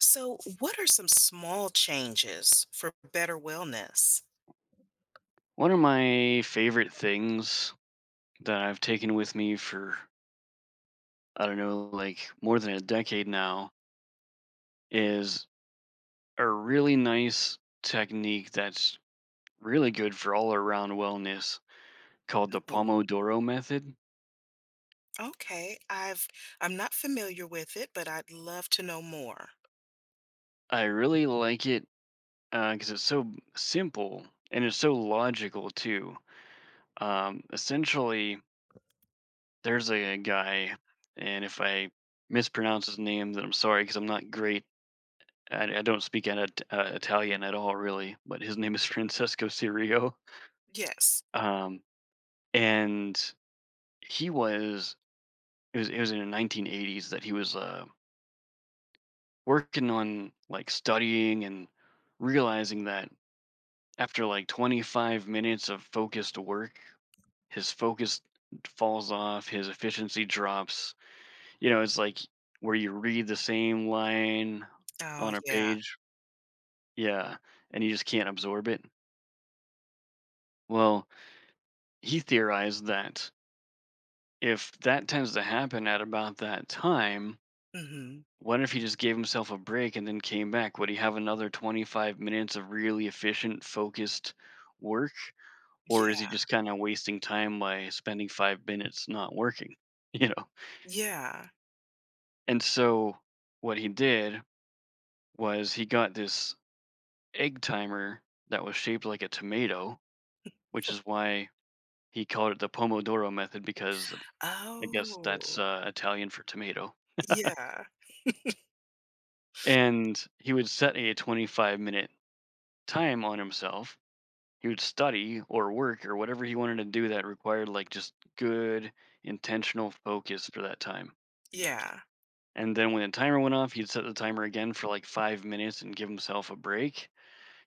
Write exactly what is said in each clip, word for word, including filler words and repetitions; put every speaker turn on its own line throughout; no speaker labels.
So, what are some small changes for better wellness?
One of my favorite things that I've taken with me for, I don't know, like more than a decade now is a really nice technique that's really good for all around wellness called the
Oh,
Pomodoro method.
okay, I've I'm not familiar with it, but I'd love to know more.
I really like it because it's so simple and it's so logical too. Um, essentially, there's a guy, and if I mispronounce his name, then I'm sorry because I'm not great. I, I don't speak an, It- uh, Italian at all, really, but his name is Francesco Cirio.
Yes.
Um, and he was it was it was in the nineteen eighties that he was uh, working on like studying and realizing that after like twenty-five minutes of focused work, his focus falls off, his efficiency drops. You know, it's like where you read the same line
Oh,
on a
yeah.
page, yeah, and you just can't absorb it. Well, he theorized that if that tends to happen at about that time,
Mhm.
what if he just gave himself a break and then came back? Would he have another twenty-five minutes of really efficient, focused work?
Yeah,
Or is he just kind of wasting time by spending five minutes not working? You know?
yeah.
And so what he did was he got this egg timer that was shaped like a tomato, which is why he called it the Pomodoro method, because I guess that's
Oh,
uh, Italian for tomato.
yeah,
And he would set a twenty-five minute time on himself. He would study or work or whatever he wanted to do that required like just good intentional focus for that time.
yeah,
And then when the timer went off, he'd set the timer again for like five minutes and give himself a break,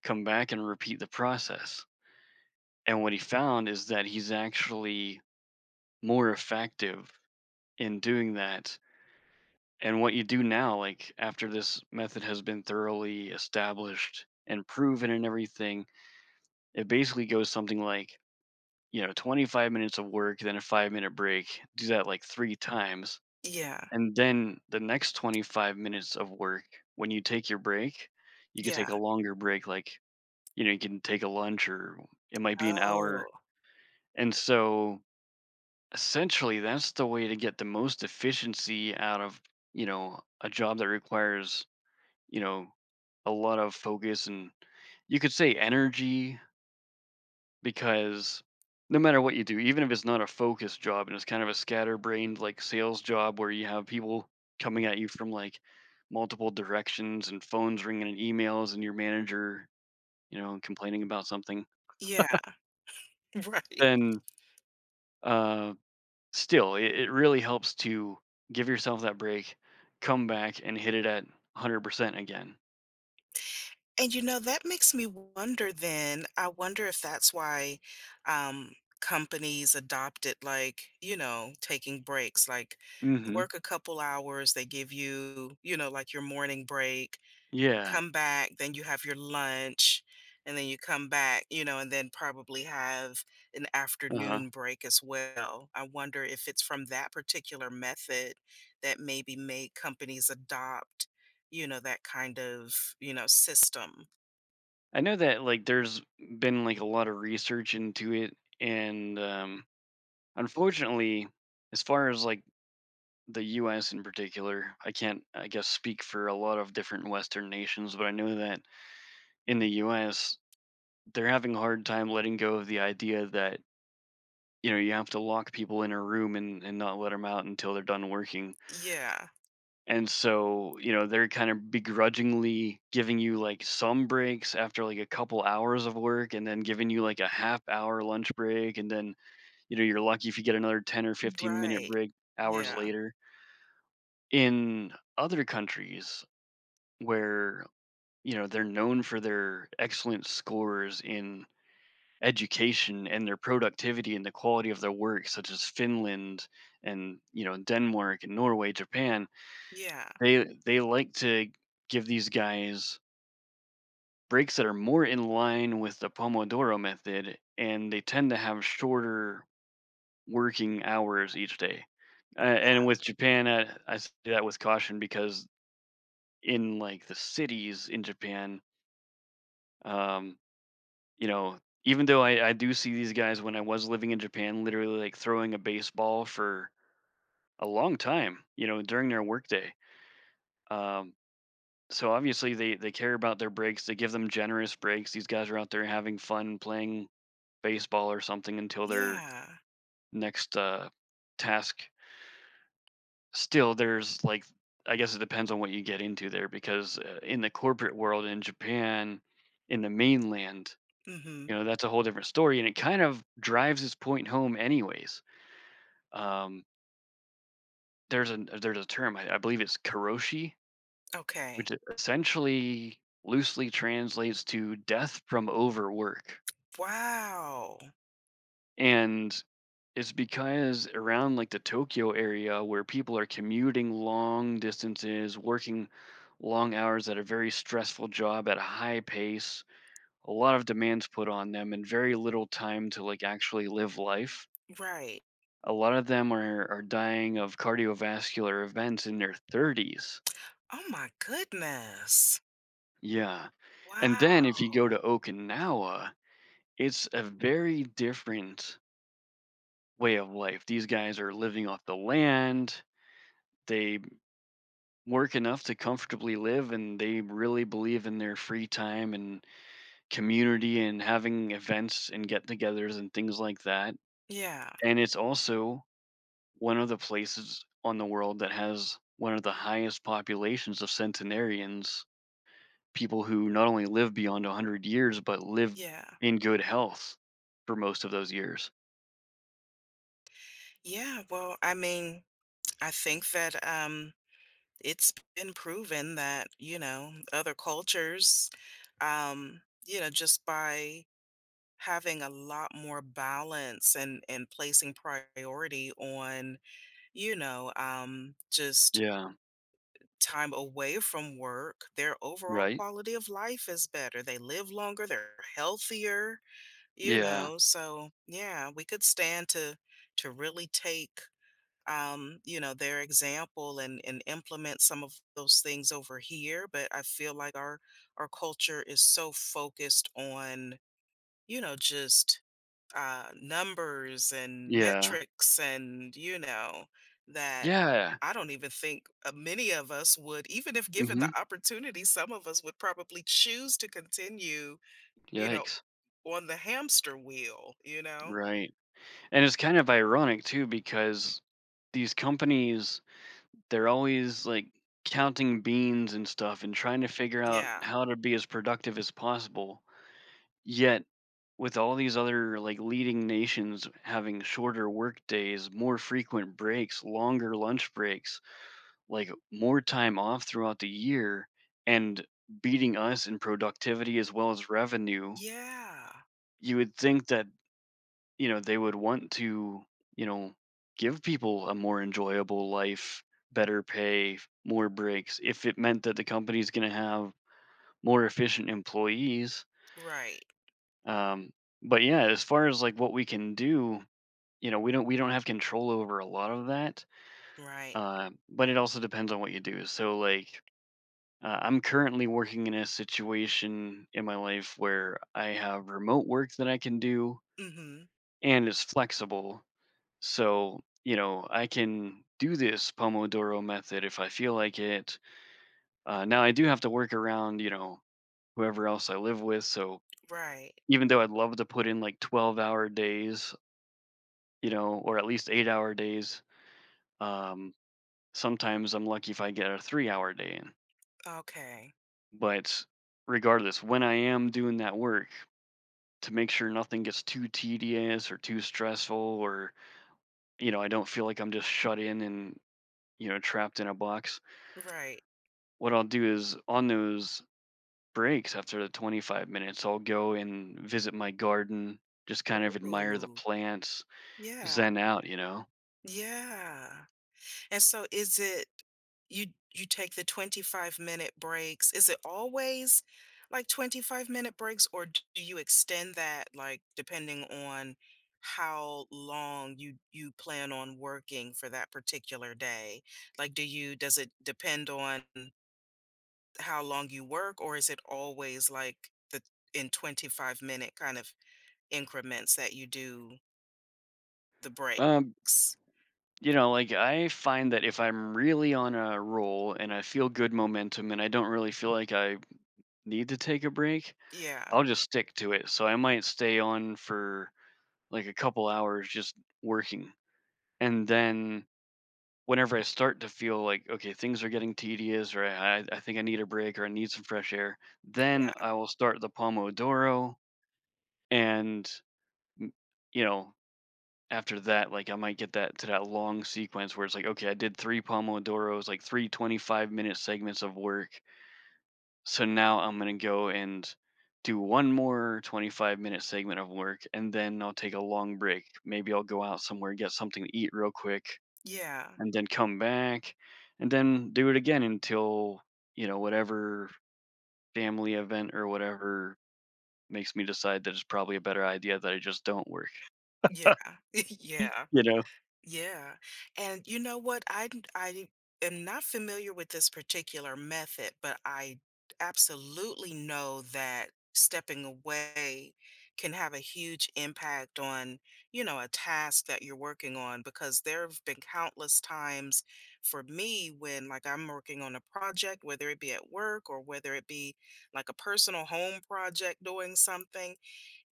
come back, and repeat the process. And what he found is that he's actually more effective in doing that. And what you do now, like after this method has been thoroughly established and proven and everything, it basically goes something like, you know, twenty-five minutes of work, then a five minute break. Do that like three times.
yeah,
And then the next twenty-five minutes of work, when you take your break, you could
yeah.
take a longer break, like, you know, you can take a lunch, or it might be an hour.
Oh,
And so essentially that's the way to get the most efficiency out of, you know, a job that requires, you know, a lot of focus and, you could say, energy. Because no matter what you do, even if it's not a focused job and it's kind of a scatterbrained like sales job where you have people coming at you from like multiple directions and phones ringing and emails and your manager, you know, complaining about something,
yeah, right.
then uh, still, it, it really helps to give yourself that break, come back, and hit it at one hundred percent again.
And, you know, that makes me wonder then, I wonder if that's why, um, companies adopted, like, you know, taking breaks, like,
Mm-hmm.
work a couple hours, they give you, you know, like, your morning break,
Yeah.
come back, then you have your lunch, and then you come back, you know, and then probably have an
Uh-huh.
afternoon break as well. I wonder if it's from that particular method that maybe made companies adopt, you know, that kind of, you know, system.
I know that like there's been like a lot of research into it, and um unfortunately, as far as like the U S in particular, I can't, I guess, speak for a lot of different Western nations, but I know that in the U S, they're having a hard time letting go of the idea that, you know, you have to lock people in a room and, and not let them out until they're done working.
Yeah.
And so, you know, they're kind of begrudgingly giving you like some breaks after like a couple hours of work, and then giving you like a half hour lunch break. And then, you know, you're lucky if you get another ten or fifteen minute
Right.
break hours
Yeah.
later. In other countries, where you know they're known for their excellent scores in education and their productivity and the quality of their work, such as Finland and, you know, Denmark and Norway, Japan,
Yeah.
they they like to give these guys breaks that are more in line with the Pomodoro method, and they tend to have shorter working hours each day. Uh, and with Japan, I, I say that with caution, because in like the cities in Japan, um, you know, even though I, I do see these guys when I was living in Japan literally like throwing a baseball for a long time, you know, during their workday. Um, so obviously they they care about their breaks. They give them generous breaks. These guys are out there having fun playing baseball or something until their
Yeah.
next uh, task. Still, there's like, I guess, it depends on what you get into there, because uh, in the corporate world in Japan, in the mainland, you
Mhm.
know, that's a whole different story, and it kind of drives this point home anyways. Um, there's a there's a term, I, I believe it's karoshi,
Okay.
which e- essentially loosely translates to death from overwork.
Wow.
And it's because around like the Tokyo area, where people are commuting long distances, working long hours at a very stressful job at a high pace, a lot of demands put on them and very little time to like actually live life,
Right.
A lot of them are are dying of cardiovascular events in their thirties.
Oh my goodness.
Yeah. And then
Wow.
if you go to Okinawa, it's a very different way of life. These guys are living off the land. They work enough to comfortably live, and they really believe in their free time and community and having events and get-togethers and things like that.
Yeah.
And it's also one of the places on the world that has one of the highest populations of centenarians, people who not only live beyond one hundred years, but live
Yeah.
in good health for most of those years.
Yeah, well, I mean, I think that um, it's been proven that, you know, other cultures, um, you know, just by having a lot more balance and and placing priority on, you know, um, just
Yeah,
time away from work, their overall
right?
quality of life is better. They live longer, they're healthier, you
Yeah,
know. So, yeah, we could stand to to really take um, you know, their example and and implement some of those things over here. But I feel like our our culture is so focused on, you know, just uh, numbers and
yeah,
metrics and you know that
yeah.
I don't even think uh, many of us would, even if given the
Mhm.
opportunity, some of us would probably choose to continue, you know,
Yikes.
on the hamster wheel, you know?
Right. And it's kind of ironic too, because these companies, they're always, like, counting beans and stuff and trying to figure out
Yeah.
how to be as productive as possible. Yet, with all these other, like, leading nations having shorter workdays, more frequent breaks, longer lunch breaks, like more time off throughout the year, and beating us in productivity as well as revenue,
Yeah.
you would think that, you know, they would want to, you know, give people a more enjoyable life, better pay, more breaks, if it meant that the company's going to have more efficient employees.
Right.
Um, but yeah, as far as like what we can do, you know, we don't we don't have control over a lot of that.
Right.
Uh, but it also depends on what you do. So like, Uh, I'm currently working in a situation in my life where I have remote work that I can do,
Hmm.
and it's flexible. So, you know, I can do this Pomodoro method if I feel like it. Uh, now, I do have to work around, you know, whoever else I live with. So,
Right.
even though I'd love to put in like twelve hour days, you know, or at least eight hour days, um, sometimes I'm lucky if I get a three hour day in.
Okay.
But regardless, when I am doing that work, to make sure nothing gets too tedious or too stressful, or you know, I don't feel like I'm just shut in and, you know, trapped in a box,
Right.
what I'll do is, on those breaks after the twenty-five minutes, I'll go and visit my garden, just kind of admire the
Ooh.
plants,
Yeah.
zen out, you know.
Yeah. And so is it you you take the twenty-five minute breaks. Is it always like twenty-five minute breaks or d- do you extend that like depending on how long you you plan on working for that particular day? Like do you does it depend on how long you work or is it always like the in twenty-five minute kind of increments that you do the
um
breaks.
you know, like, I find that if I'm really on a roll and I feel good momentum and I don't really feel like I need to take a break,
Yeah,
I'll just stick to it. So I might stay on for like a couple hours just working. And then whenever I start to feel like, okay, things are getting tedious, or I, I I think I need a break or I need some fresh air, then
yeah,
I will start the Pomodoro. And, m- you know, after that, like, I might get that to that long sequence where it's like, okay, I did three Pomodoros, like three twenty five minute segments of work. So now I'm gonna go and do one more twenty-five minute segment of work, and then I'll take a long break. Maybe I'll go out somewhere, get something to eat real quick,
yeah,
and then come back, and then do it again until, you know, whatever family event or whatever makes me decide that it's probably a better idea that I just don't work.
yeah,
You
yeah.
know?
Yeah. And you know what? I d- I am not familiar with this particular method, but I absolutely know that stepping away can have a huge impact on, you know, a task that you're working on because there have been countless times for me when like I'm working on a project, whether it be at work or whether it be like a personal home project doing something,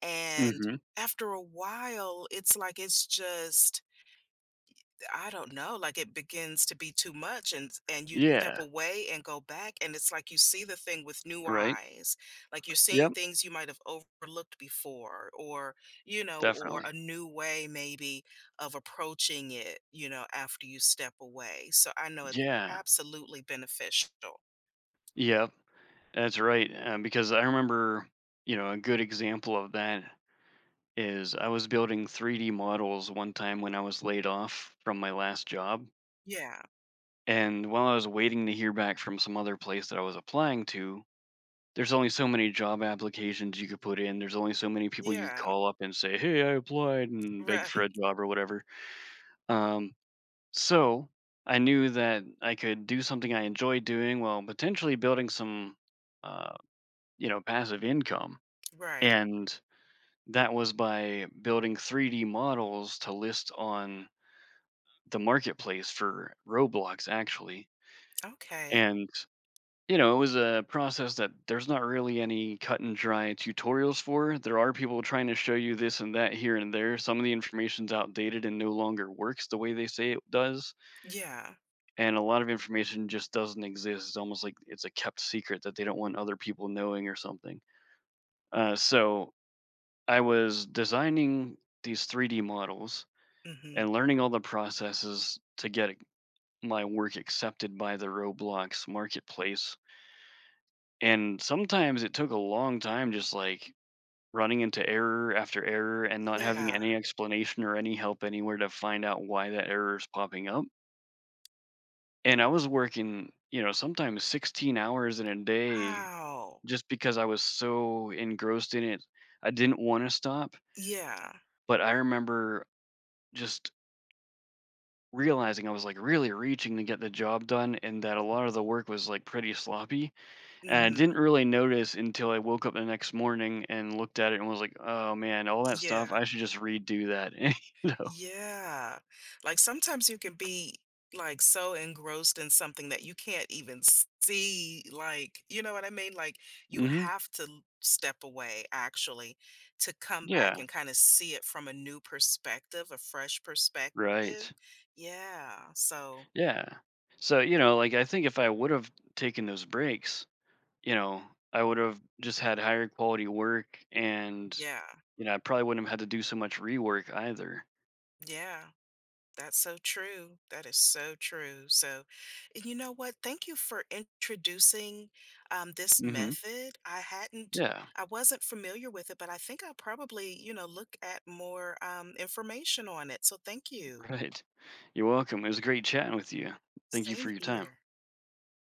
and
Hmm.
after a while, it's like it's just I don't know, like, it begins to be too much and and you step
Yeah.
away and go back, and it's like you see the thing with new
Right.
eyes. Like, you're seeing
Yep.
things you might have overlooked before or, you know, or
Definitely.
a new way maybe of approaching it, you know, after you step away. So I know it's
Yeah.
absolutely beneficial.
Yep. That's right. Um, because I remember, you know, a good example of that is, I was building three D models one time when I was laid off from my last job.
Yeah,
And while I was waiting to hear back from some other place that I was applying to, there's only so many job applications you could put in. There's only so many people you could
yeah,
call up and say, "Hey, I applied," and beg for
right,
a job or whatever. Um, so I knew that I could do something I enjoyed doing while potentially building some, uh, you know, passive income.
right.
And that was by building three D models to list on the marketplace for Roblox, actually.
Okay.
And, you know, it was a process that there's not really any cut and dry tutorials for. There are people trying to show you this and that here and there. Some of the information's outdated and no longer works the way they say it does.
Yeah,
And a lot of information just doesn't exist. It's almost like it's a kept secret that they don't want other people knowing or something. Uh, so I was designing these three D models
mhm.
and learning all the processes to get my work accepted by the Roblox marketplace. And sometimes it took a long time, just like running into error after error and not having
Yeah,
any explanation or any help anywhere to find out why that error is popping up. And I was working, you know, sometimes sixteen hours in a day,
wow.
just because I was so engrossed in it. I didn't want to stop,
Yeah,
but I remember just realizing I was like really reaching to get the job done, and that a lot of the work was like pretty sloppy. And I didn't
mhm,
really notice until I woke up the next morning and looked at it and was like, "Oh man, all that stuff,
yeah.
I should just redo that." You know?
Yeah. Like sometimes you can be like so engrossed in something that you can't even s- see like, you know what I mean? Like you
Mhm.
have to l- step away actually to come back
Yeah,
and kind of see it from a new perspective, a fresh perspective.
right.
Yeah. So,
Yeah. So, you know, like, I think if I would have taken those breaks, you know, I would have just had higher quality work. And,
yeah.
you know, I probably wouldn't have had to do so much rework either.
Yeah. That's so true. That is so true. So, and you know what? Thank you for introducing um, this
Mhm.
method. I hadn't,
Yeah,
I wasn't familiar with it, but I think I'll probably, you know, look at more um, information on it. So, thank you.
right. You're welcome. It was great chatting with you. Thank you
Same
for your time.
here.